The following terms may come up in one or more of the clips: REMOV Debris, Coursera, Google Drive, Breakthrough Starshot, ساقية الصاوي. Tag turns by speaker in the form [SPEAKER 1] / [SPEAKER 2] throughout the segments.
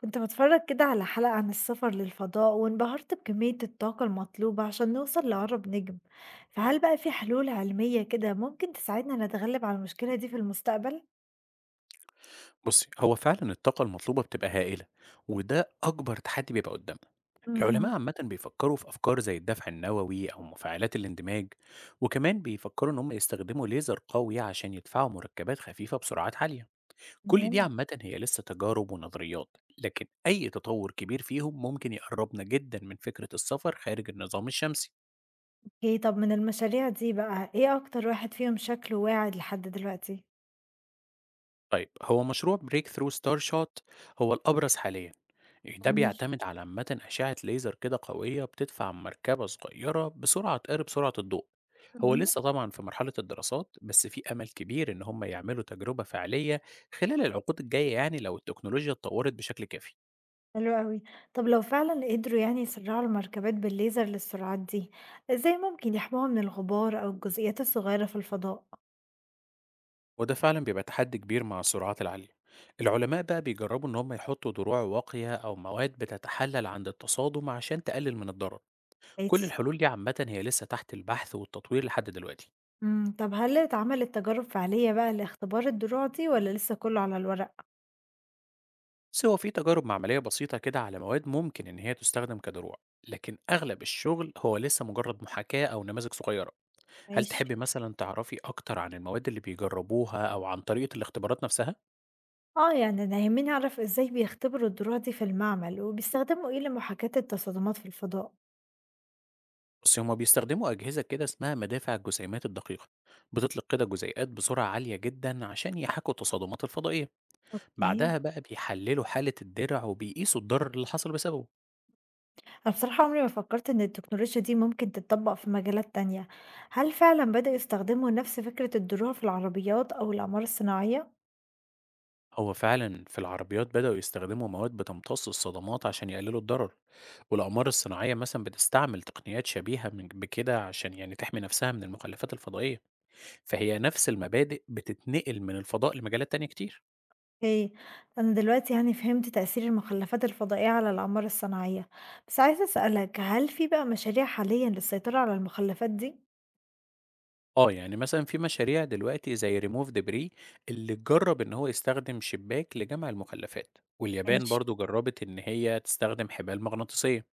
[SPEAKER 1] كنت بتفرج كده على حلقة عن السفر للفضاء وانبهرت بكمية الطاقة المطلوبة عشان نوصل لأقرب نجم فهل بقى في حلول علمية كده ممكن تساعدنا نتغلب على المشكلة دي في المستقبل؟
[SPEAKER 2] بُصّي، هو فعلًا الطاقة المطلوبة بتبقى هائلة، وده أكبر تحدي بيبقى قدامنا. العلماء
[SPEAKER 1] مهم.
[SPEAKER 2] عامةً بيفكّروا في أفكار زي الدفع النووي أو مفاعلات الاندماج، وكمان بيفكّروا إن هم يستخدموا ليزر قوي عشان يدفعوا مركبات خفيفة بسرعات عالية. كل دي
[SPEAKER 1] تمام.
[SPEAKER 2] عامةً هي لسه تجارب ونظريات، لكن أي تطور كبير فيهم ممكن يقرّبنا جدًا من فكرة السفر خارج النظام الشمسي.
[SPEAKER 1] ايه طب من المشاريع دي بقى ايه أكتر واحد فيهم شكله واعد لحد دلوقتي؟
[SPEAKER 2] طيب هو مشروع بريك ثرو ستار شوت هو الأبرز حاليا. يعني ده
[SPEAKER 1] جميل.
[SPEAKER 2] بيعتمد على عامة أشعة ليزر كده قوية بتدفع مركبة صغيرة بسرعة تقارب سرعة الضوء. هو
[SPEAKER 1] مهم.
[SPEAKER 2] لسه طبعا في مرحلة الدراسات، بس في أمل كبير إن هم يعملوا تجربة فعلية خلال العقود الجاية، يعني لو التكنولوجيا اتطورت بشكل كافي.
[SPEAKER 1] حلو قوي. طب لو فعلا قدروا يعني يسرعوا المركبات بالليزر للسرعات دي ازاي ممكن يحموها من الغبار أو الجزيئات الصغيرة في الفضاء؟
[SPEAKER 2] وده فعلا بيبقى تحدي كبير مع السرعات العالية. العلماء بقى بيجربوا إن هم يحطوا دروع واقية أو مواد بتتحلل عند التصادم عشان تقلل من الضرر. كل الحلول دي عامة هي لسه تحت البحث والتطوير لحد دلوقتي.
[SPEAKER 1] طب هل اتعملت تجارب فعلية بقى لاختبار الدروع دي والّا لسه كلّه على الورق؟
[SPEAKER 2] بس هو في تجارب معملية بسيطة كده على مواد ممكن إن هي تستخدم كدروع، لكن أغلب الشغل هو لسه مجرد محاكاة أو نماذج صغيرة. هل
[SPEAKER 1] ماشي.
[SPEAKER 2] تحبي مثلا تعرفي أكتر عن المواد اللي بيجربوها أو عن طريقة الاختبارات نفسها؟
[SPEAKER 1] آه، يعني أنا يهمني أعرف إزاي بيختبروا الدروع دي في المعمل، وبيستخدموا إيه لمحاكاة التصادمات في الفضاء؟
[SPEAKER 2] بس هما بيستخدموا أجهزة كده اسمها مدافع الجسيمات الدقيقة، بتطلق كده جزيئات بسرعة عالية جدا عشان يحاكوا التصادمات الفضائية.
[SPEAKER 1] أوكي.
[SPEAKER 2] بعدها بقى بيحللوا حالة الدرع وبيقيسوا الضرر اللي حصل بسببه.
[SPEAKER 1] أنا بصراحة عمري ما فكّرت إن التكنولوجيا دي ممكن تتطبّق في مجالات تانية، هل فعلًا بدأوا يستخدموا نفس فكرة الدروع في العربيات أو الأقمار الصناعية؟
[SPEAKER 2] هو فعلا في العربيات بدأوا يستخدموا مواد بتمتص الصدمات عشان يقللوا الضرر، والأقمار الصناعية مثلا بتستعمل تقنيات شبيهة من بكده عشان يعني تحمي نفسها من المخلفات الفضائية. فهي نفس المبادئ بتتنقل من الفضاء لمجالات تانية كتير.
[SPEAKER 1] أوكي. أنا دلوقتي يعني فهمت تأثير المخلفات الفضائية على الأعمار الصناعية، بس عايزة أسألك هل في بقى مشاريع حاليًا للسيطرة على المخلفات دي؟
[SPEAKER 2] اه يعني مثلا في مشاريع دلوقتي زي ريموف دبري اللي جرب ان هو يستخدم شباك لجمع المخلفات، واليابان
[SPEAKER 1] ماشي.
[SPEAKER 2] برضو جربت ان هي تستخدم حبال مغناطيسية.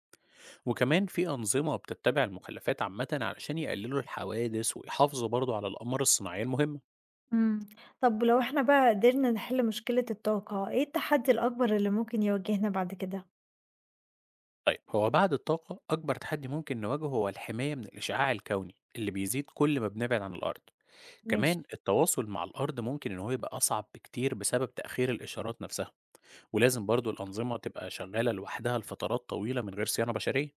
[SPEAKER 2] وكمان في أنظمة بتتبع المخلفات عامة علشان يقللوا الحوادث ويحافظوا برضو على الأقمار الصناعية المهمة.
[SPEAKER 1] امم طب ولو احنا بقى قدرنا نحل مشكلة الطاقة، ايه التحدي الأكبر اللي ممكن يواجهنا بعد كده؟
[SPEAKER 2] طيب هو بعد الطاقة أكبر تحدي ممكن نواجهه هو الحماية من الإشعاع الكوني اللي بيزيد كل ما بنبعد عن الأرض.
[SPEAKER 1] ماشي.
[SPEAKER 2] كمان التواصل مع الأرض ممكن إن هو يبقى أصعب بكتير بسبب تأخير الإشارات نفسها. ولازم برضو الأنظمة تبقى شغالة لوحدها لفترات طويلة من غير صيانة بشرية.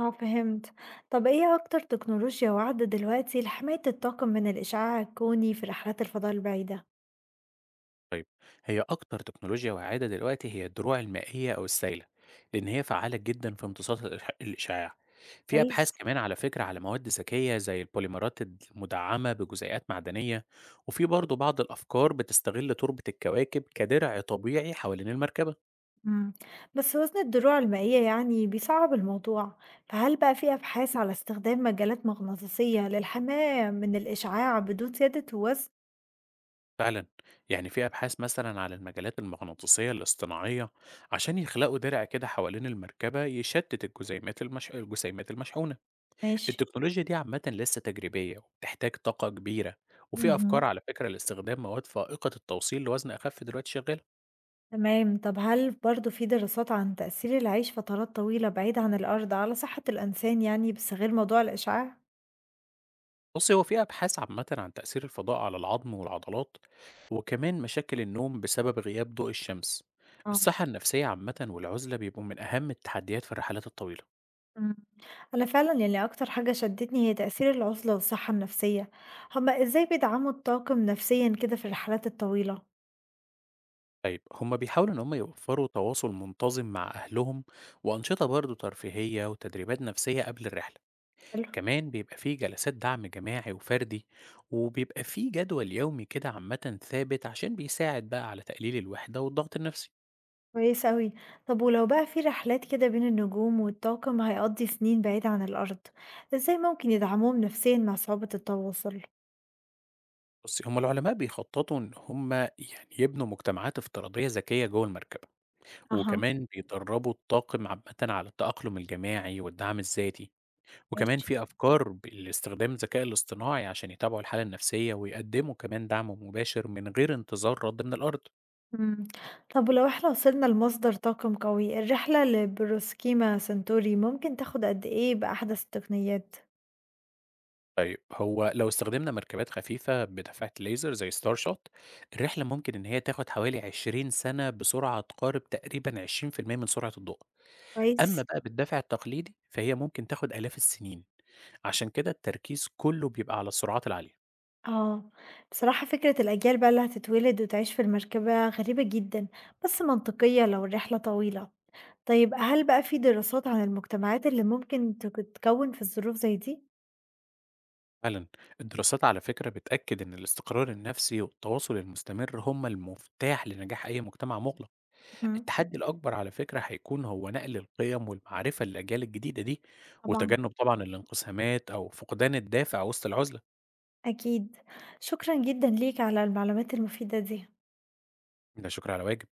[SPEAKER 1] اه فهمت، طب ايه أكتر تكنولوجيا واعدة دلوقتي لحماية الطاقم من الإشعاع الكوني في رحلات الفضاء البعيدة؟
[SPEAKER 2] طيب هي أكتر تكنولوجيا وعادة دلوقتي هي الدروع المائية أو السائلة، لأن هي فعالة جدا في امتصاص الإشعاع. في
[SPEAKER 1] كويس.
[SPEAKER 2] أبحاث كمان على فكرة على مواد ذكية زي البوليمرات المدعمة بجزيئات معدنية. وفي برضه بعض الأفكار بتستغل تربة الكواكب كدرع طبيعي حوالين المركبة.
[SPEAKER 1] مم. بس وزن الدروع المائية يعني بيصعب الموضوع فهل بقى في أبحاث على استخدام مجالات مغناطيسية للحماية من الإشعاع بدون زيادة الوزن؟
[SPEAKER 2] فعلا يعني في أبحاث مثلا على المجالات المغناطيسية الاصطناعية عشان يخلقوا درع كده حوالين المركبة يشتت الجسيمات المشحونة.
[SPEAKER 1] ماشي.
[SPEAKER 2] التكنولوجيا دي عامةً لسه تجريبية وبتحتاج طاقة كبيرة، وفي أفكار
[SPEAKER 1] مهم.
[SPEAKER 2] على فكرة لاستخدام مواد فائقة التوصيل لوزن أخف دلوقتي شغالة.
[SPEAKER 1] تمام. طب هل برضو في دراسات عن تأثير العيش فترات طويلة بعيد عن الأرض على صحة الإنسان يعني بس غير موضوع الإشعاع؟
[SPEAKER 2] بُصّي، هو في أبحاث عامةً عن تأثير الفضاء على العضم والعضلات، وكمان مشاكل النوم بسبب غياب ضوء الشمس.
[SPEAKER 1] اه.
[SPEAKER 2] الصحة النفسية عامةً والعزلة بيبقوا من أهم التحديات في الرحلات الطويلة.
[SPEAKER 1] مم. أنا فعلا يعني أكتر حاجة شدتني هي تأثير العزلة والصحة النفسية هما إزاي بيدعموا الطاقم نفسيا كده في الرحلات الطويلة؟
[SPEAKER 2] طيب هم بيحاولوا إن هم يوفّروا تواصل منتظم مع أهلهم وأنشطة برضه ترفيهية وتدريبات نفسية قبل الرحلة.
[SPEAKER 1] حلو.
[SPEAKER 2] كمان بيبقى فيه جلسات دعم جماعي وفردي، وبيبقى فيه جدول يومي كده عامة ثابت عشان بيساعد بقى على تقليل الوحدة والضغط النفسي.
[SPEAKER 1] كويس أوي. طب ولو بقى في رحلات كده بين النجوم والطاقم هيقضي سنين بعيد عن الأرض، إزاي ممكن يدعموهم نفسيا مع صعوبة التواصل؟
[SPEAKER 2] بس هم العلماء بيخططوا ان هم يعني يبنوا مجتمعات افتراضية ذكية جوه المركبة،
[SPEAKER 1] أها.
[SPEAKER 2] وكمان بيدربوا الطاقم عامة على التأقلم الجماعي والدعم الذاتي. وكمان
[SPEAKER 1] ماشي.
[SPEAKER 2] في أفكار لاستخدام الذكاء الاصطناعي عشان يتابعوا الحالة النفسية ويقدموا كمان دعم مباشر من غير انتظار رد من الأرض.
[SPEAKER 1] مم. طب ولو احنا وصلنا لمصدر طاقم قوي، الرحلة لبروسكيما سنتوري ممكن تاخد قد إيه بأحدث التقنيات؟
[SPEAKER 2] طيب هو لو استخدمنا مركبات خفيفة بدفعة ليزر زي ستار شوت، الرحلة ممكن إن هي تاخد حوالي 20 سنة بسرعة تقارب تقريبا 20% من سرعة الضوء. أما
[SPEAKER 1] كويس.
[SPEAKER 2] بقى بالدفع التقليدي فهي ممكن تاخد آلاف السنين. عشان كده التركيز كله بيبقى على السرعات العالية.
[SPEAKER 1] اه بصراحة فكرة الأجيال بقى اللي هتتولد وتعيش في المركبة غريبة جدا بس منطقية لو الرحلة طويلة. طيب هل بقى في دراسات عن المجتمعات اللي ممكن تكوّن في الظروف زي دي؟
[SPEAKER 2] فعلا الدراسات على فكرة بتأكد إن الاستقرار النفسي والتواصل المستمر هما المفتاح لنجاح أي مجتمع مغلق.
[SPEAKER 1] إمم،
[SPEAKER 2] التحدي الأكبر على فكرة هيكون هو نقل القيم والمعرفة للأجيال الجديدة دي،
[SPEAKER 1] طبعًا.
[SPEAKER 2] وتجنب طبعًا الانقسامات أو فقدان الدافع وسط العُزلة،
[SPEAKER 1] أكيد، شكرًا جدًا ليك على المعلومات المفيدة دي.
[SPEAKER 2] لا شكر على واجب.